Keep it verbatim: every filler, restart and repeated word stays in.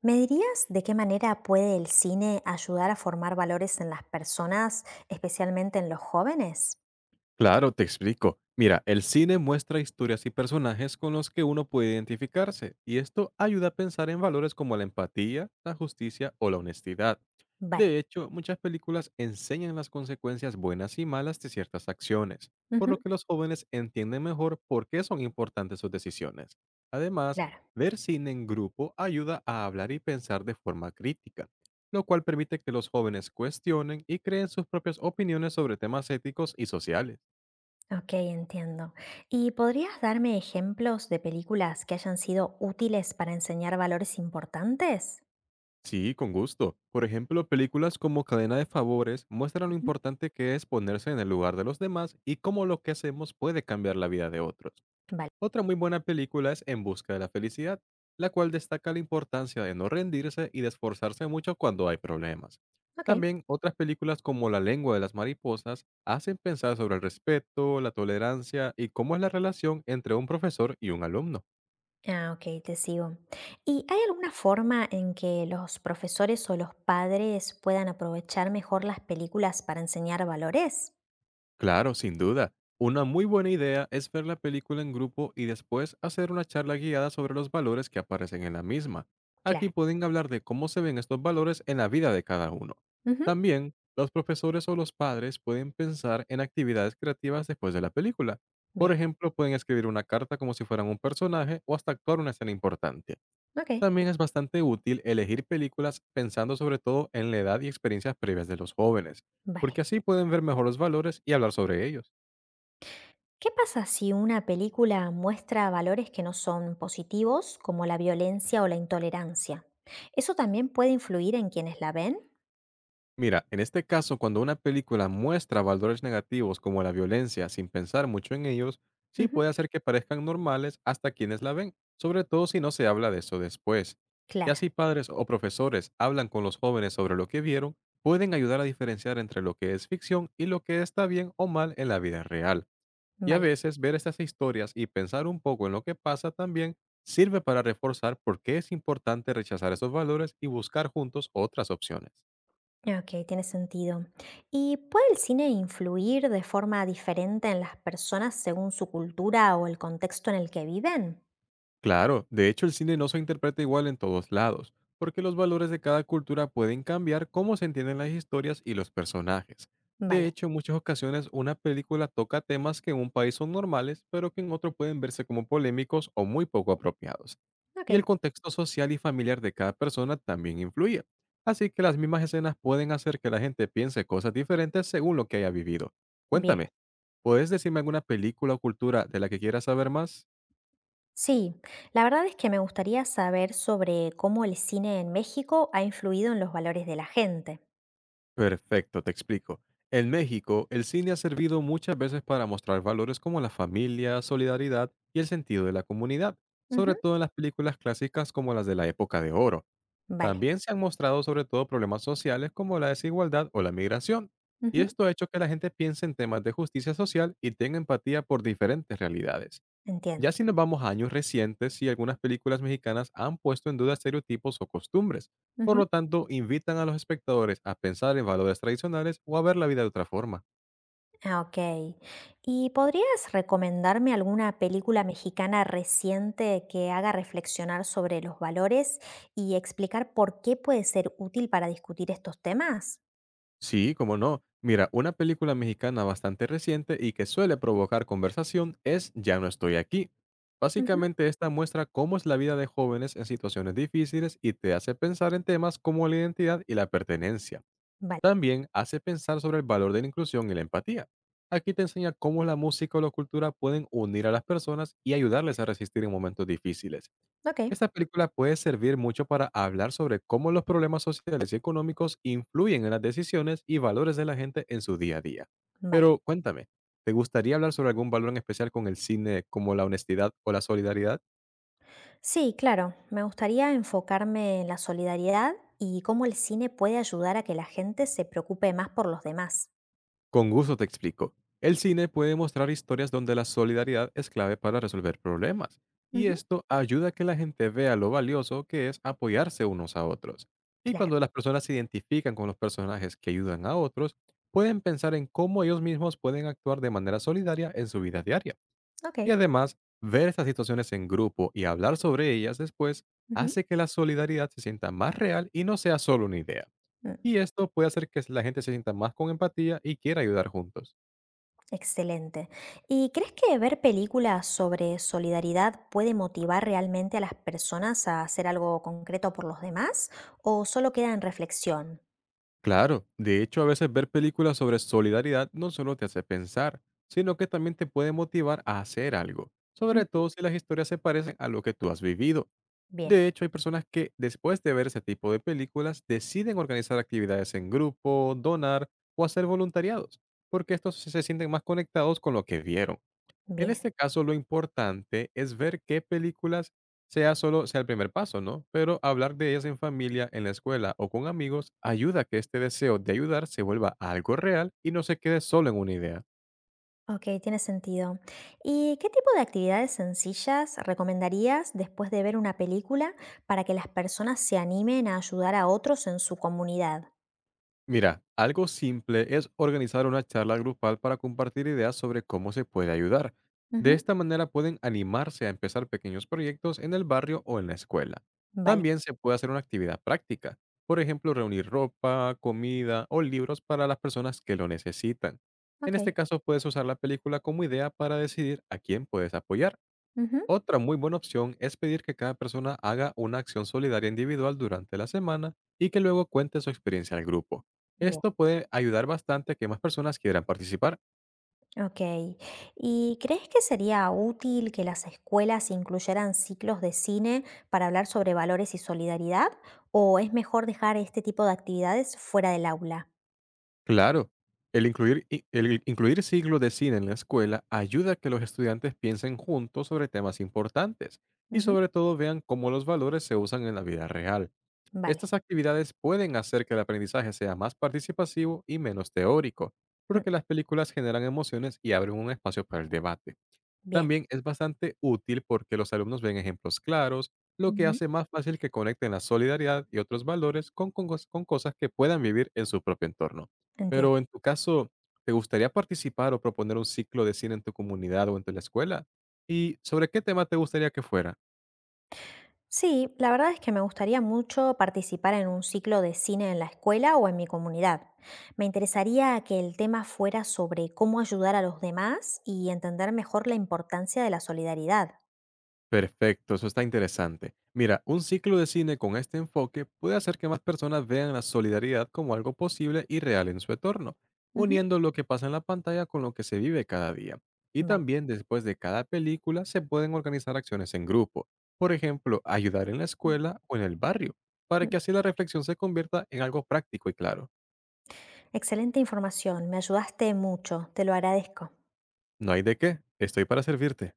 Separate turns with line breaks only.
¿Me dirías de qué manera puede el cine ayudar a formar valores en las personas, especialmente en los jóvenes?
Claro, te explico. Mira, el cine muestra historias y personajes con los que uno puede identificarse, y esto ayuda a pensar en valores como la empatía, la justicia o la honestidad.
Vale.
De hecho, muchas películas enseñan las consecuencias buenas y malas de ciertas acciones, por lo
Ujú.
que los jóvenes entienden mejor por qué son importantes sus decisiones. Además,
Claro.
ver cine en grupo ayuda a hablar y pensar de forma crítica, lo cual permite que los jóvenes cuestionen y creen sus propias opiniones sobre temas éticos y sociales.
Ok, entiendo. ¿Y podrías darme ejemplos de películas que hayan sido útiles para enseñar valores importantes?
Sí, con gusto. Por ejemplo, películas como Cadena de Favores muestran lo
Ujú.
importante que es ponerse en el lugar de los demás y cómo lo que hacemos puede cambiar la vida de otros.
Vale.
Otra muy buena película es En Busca de la Felicidad, la cual destaca la importancia de no rendirse y de esforzarse mucho cuando hay problemas.
Ok.
También otras películas como La lengua de las mariposas hacen pensar sobre el respeto, la tolerancia y cómo es la relación entre un profesor y un alumno.
Ah, ok, te sigo. ¿Y hay alguna forma en que los profesores o los padres puedan aprovechar mejor las películas para enseñar valores?
Claro, sin duda. Una muy buena idea es ver la película en grupo y después hacer una charla guiada sobre los valores que aparecen en la misma. Aquí
Claro.
pueden hablar de cómo se ven estos valores en la vida de cada uno.
Ujú.
También, los profesores o los padres pueden pensar en actividades creativas después de la película. Por
Bien.
ejemplo, pueden escribir una carta como si fueran un personaje o hasta actuar una escena importante.
Ok.
También es bastante útil elegir películas pensando sobre todo en la edad y experiencias previas de los jóvenes, porque
Vale.
así pueden ver mejor los valores y hablar sobre ellos.
¿Qué pasa si una película muestra valores que no son positivos, como la violencia o la intolerancia? ¿Eso también puede influir en quienes la ven?
Mira, en este caso, cuando una película muestra valores negativos como la violencia sin pensar mucho en ellos, sí
Ujú.
puede hacer que parezcan normales hasta quienes la ven, sobre todo si no se habla de eso después. Y
Claro.
así padres o profesores hablan con los jóvenes sobre lo que vieron, pueden ayudar a diferenciar entre lo que es ficción y lo que está bien o mal en la vida real. Y a
Vale.
veces ver estas historias y pensar un poco en lo que pasa también sirve para reforzar por qué es importante rechazar esos valores y buscar juntos otras opciones.
Ok, tiene sentido. ¿Y puede el cine influir de forma diferente en las personas según su cultura o el contexto en el que viven?
Claro, de hecho el cine no se interpreta igual en todos lados, porque los valores de cada cultura pueden cambiar cómo se entienden las historias y los personajes. De
Vale.
hecho, en muchas ocasiones una película toca temas que en un país son normales, pero que en otro pueden verse como polémicos o muy poco apropiados.
Ok.
Y el contexto social y familiar de cada persona también influye. Así que las mismas escenas pueden hacer que la gente piense cosas diferentes según lo que haya vivido.
Bien.
Cuéntame, ¿puedes decirme alguna película o cultura de la que quieras saber más?
Sí, la verdad es que me gustaría saber sobre cómo el cine en México ha influido en los valores de la gente.
Perfecto, te explico. En México, el cine ha servido muchas veces para mostrar valores como la familia, solidaridad y el sentido de la comunidad,
Ujú.
sobre todo en las películas clásicas como las de la época de oro.
Vale.
También se han mostrado sobre todo problemas sociales como la desigualdad o la migración, y
Ujú.
esto ha hecho que la gente piense en temas de justicia social y tenga empatía por diferentes realidades.
Entiendo.
Ya si nos vamos a años recientes, sí, algunas películas mexicanas han puesto en duda estereotipos o costumbres. Por lo
Ujú.
tanto, invitan a los espectadores a pensar en valores tradicionales o a ver la vida de otra forma.
Ah, ok. ¿Y podrías recomendarme alguna película mexicana reciente que haga reflexionar sobre los valores y explicar por qué puede ser útil para discutir estos temas?
Sí, como no. Mira, una película mexicana bastante reciente y que suele provocar conversación es Ya no estoy aquí.
Ujú.
Básicamente esta muestra cómo es la vida de jóvenes en situaciones difíciles y te hace pensar en temas como la identidad y la pertenencia.
Vale.
También hace pensar sobre el valor de la inclusión y la empatía. Aquí te enseña cómo la música o la cultura pueden unir a las personas y ayudarles a resistir en momentos difíciles.
Ok.
Esta película puede servir mucho para hablar sobre cómo los problemas sociales y económicos influyen en las decisiones y valores de la gente en su día a día.
Vale.
Pero cuéntame, ¿te gustaría hablar sobre algún valor en especial con el cine como la honestidad o la solidaridad?
Sí, claro, me gustaría enfocarme en la solidaridad y cómo el cine puede ayudar a que la gente se preocupe más por los demás.
Con gusto te explico. El cine puede mostrar historias donde la solidaridad es clave para resolver problemas, y
Ujú.
esto ayuda a que la gente vea lo valioso que es apoyarse unos a otros. Y
Claro.
cuando las personas se identifican con los personajes que ayudan a otros, pueden pensar en cómo ellos mismos pueden actuar de manera solidaria en su vida diaria.
Ok.
Y además, ver estas situaciones en grupo y hablar sobre ellas después
Ujú.
hace que la solidaridad se sienta más real y no sea solo una idea.
Mm.
Y esto puede hacer que la gente se sienta más con empatía y quiera ayudar juntos.
Excelente. ¿Y crees que ver películas sobre solidaridad puede motivar realmente a las personas a hacer algo concreto por los demás o solo queda en reflexión?
Claro, de hecho, a veces ver películas sobre solidaridad no solo te hace pensar, sino que también te puede motivar a hacer algo, sobre
Ujú.
todo si las historias se parecen a lo que tú has vivido.
Bien,
De hecho, hay personas que, después de ver ese tipo de películas, deciden organizar actividades en grupo, donar o hacer voluntariados, porque estos se se sienten más conectados con lo que vieron. En
bien.
este caso, lo importante es ver qué películas sea solo sea el primer paso, ¿no? Pero hablar de ellas en familia, en la escuela o con amigos ayuda a que este deseo de ayudar se vuelva algo real y no se quede solo en una idea.
Ok, tiene sentido. ¿Y qué tipo de actividades sencillas recomendarías después de ver una película para que las personas se animen a ayudar a otros en su comunidad?
Mira, algo simple es organizar una charla grupal para compartir ideas sobre cómo se puede ayudar. De
Ujú.
esta manera pueden animarse a empezar pequeños proyectos en el barrio o en la escuela.
Vale.
También se puede hacer una actividad práctica, por ejemplo, reunir ropa, comida o libros para las personas que lo necesitan. En
Ok.
este caso, puedes usar la película como idea para decidir a quién puedes apoyar.
Ujú.
Otra muy buena opción es pedir que cada persona haga una acción solidaria individual durante la semana y que luego cuente su experiencia al grupo.
Bien.
Esto puede ayudar bastante a que más personas quieran participar.
Ok. ¿Y crees que sería útil que las escuelas incluyeran ciclos de cine para hablar sobre valores y solidaridad? ¿O es mejor dejar este tipo de actividades fuera del aula?
Claro, el incluir, i- el incluir siglos de cine en la escuela ayuda a que los estudiantes piensen juntos sobre temas importantes y
Ujú.
sobre todo vean cómo los valores se usan en la vida real.
Vale.
Estas actividades pueden hacer que el aprendizaje sea más participativo y menos teórico,
Mm.
porque las películas generan emociones y abren un espacio para el debate.
Bien.
También es bastante útil porque los alumnos ven ejemplos claros, lo que
Ujú.
hace más fácil que conecten la solidaridad y otros valores con, con cos- con cosas que puedan vivir en su propio entorno.
Entiendo.
Pero en tu caso, ¿te gustaría participar o proponer un ciclo de cine en tu comunidad o en tu la escuela? ¿Y sobre qué tema te gustaría que fuera?
Sí, la verdad es que me gustaría mucho participar en un ciclo de cine en la escuela o en mi comunidad. Me interesaría que el tema fuera sobre cómo ayudar a los demás y entender mejor la importancia de la solidaridad.
Perfecto, eso está interesante. Mira, un ciclo de cine con este enfoque puede hacer que más personas vean la solidaridad como algo posible y real en su entorno,
Ujú.
uniendo lo que pasa en la pantalla con lo que se vive cada día. Y
Vale.
también después de cada película se pueden organizar acciones en grupo, por ejemplo, ayudar en la escuela o en el barrio, para
Ujú.
que así la reflexión se convierta en algo práctico y claro.
Excelente información, me ayudaste mucho, te lo agradezco.
No hay de qué, estoy para servirte.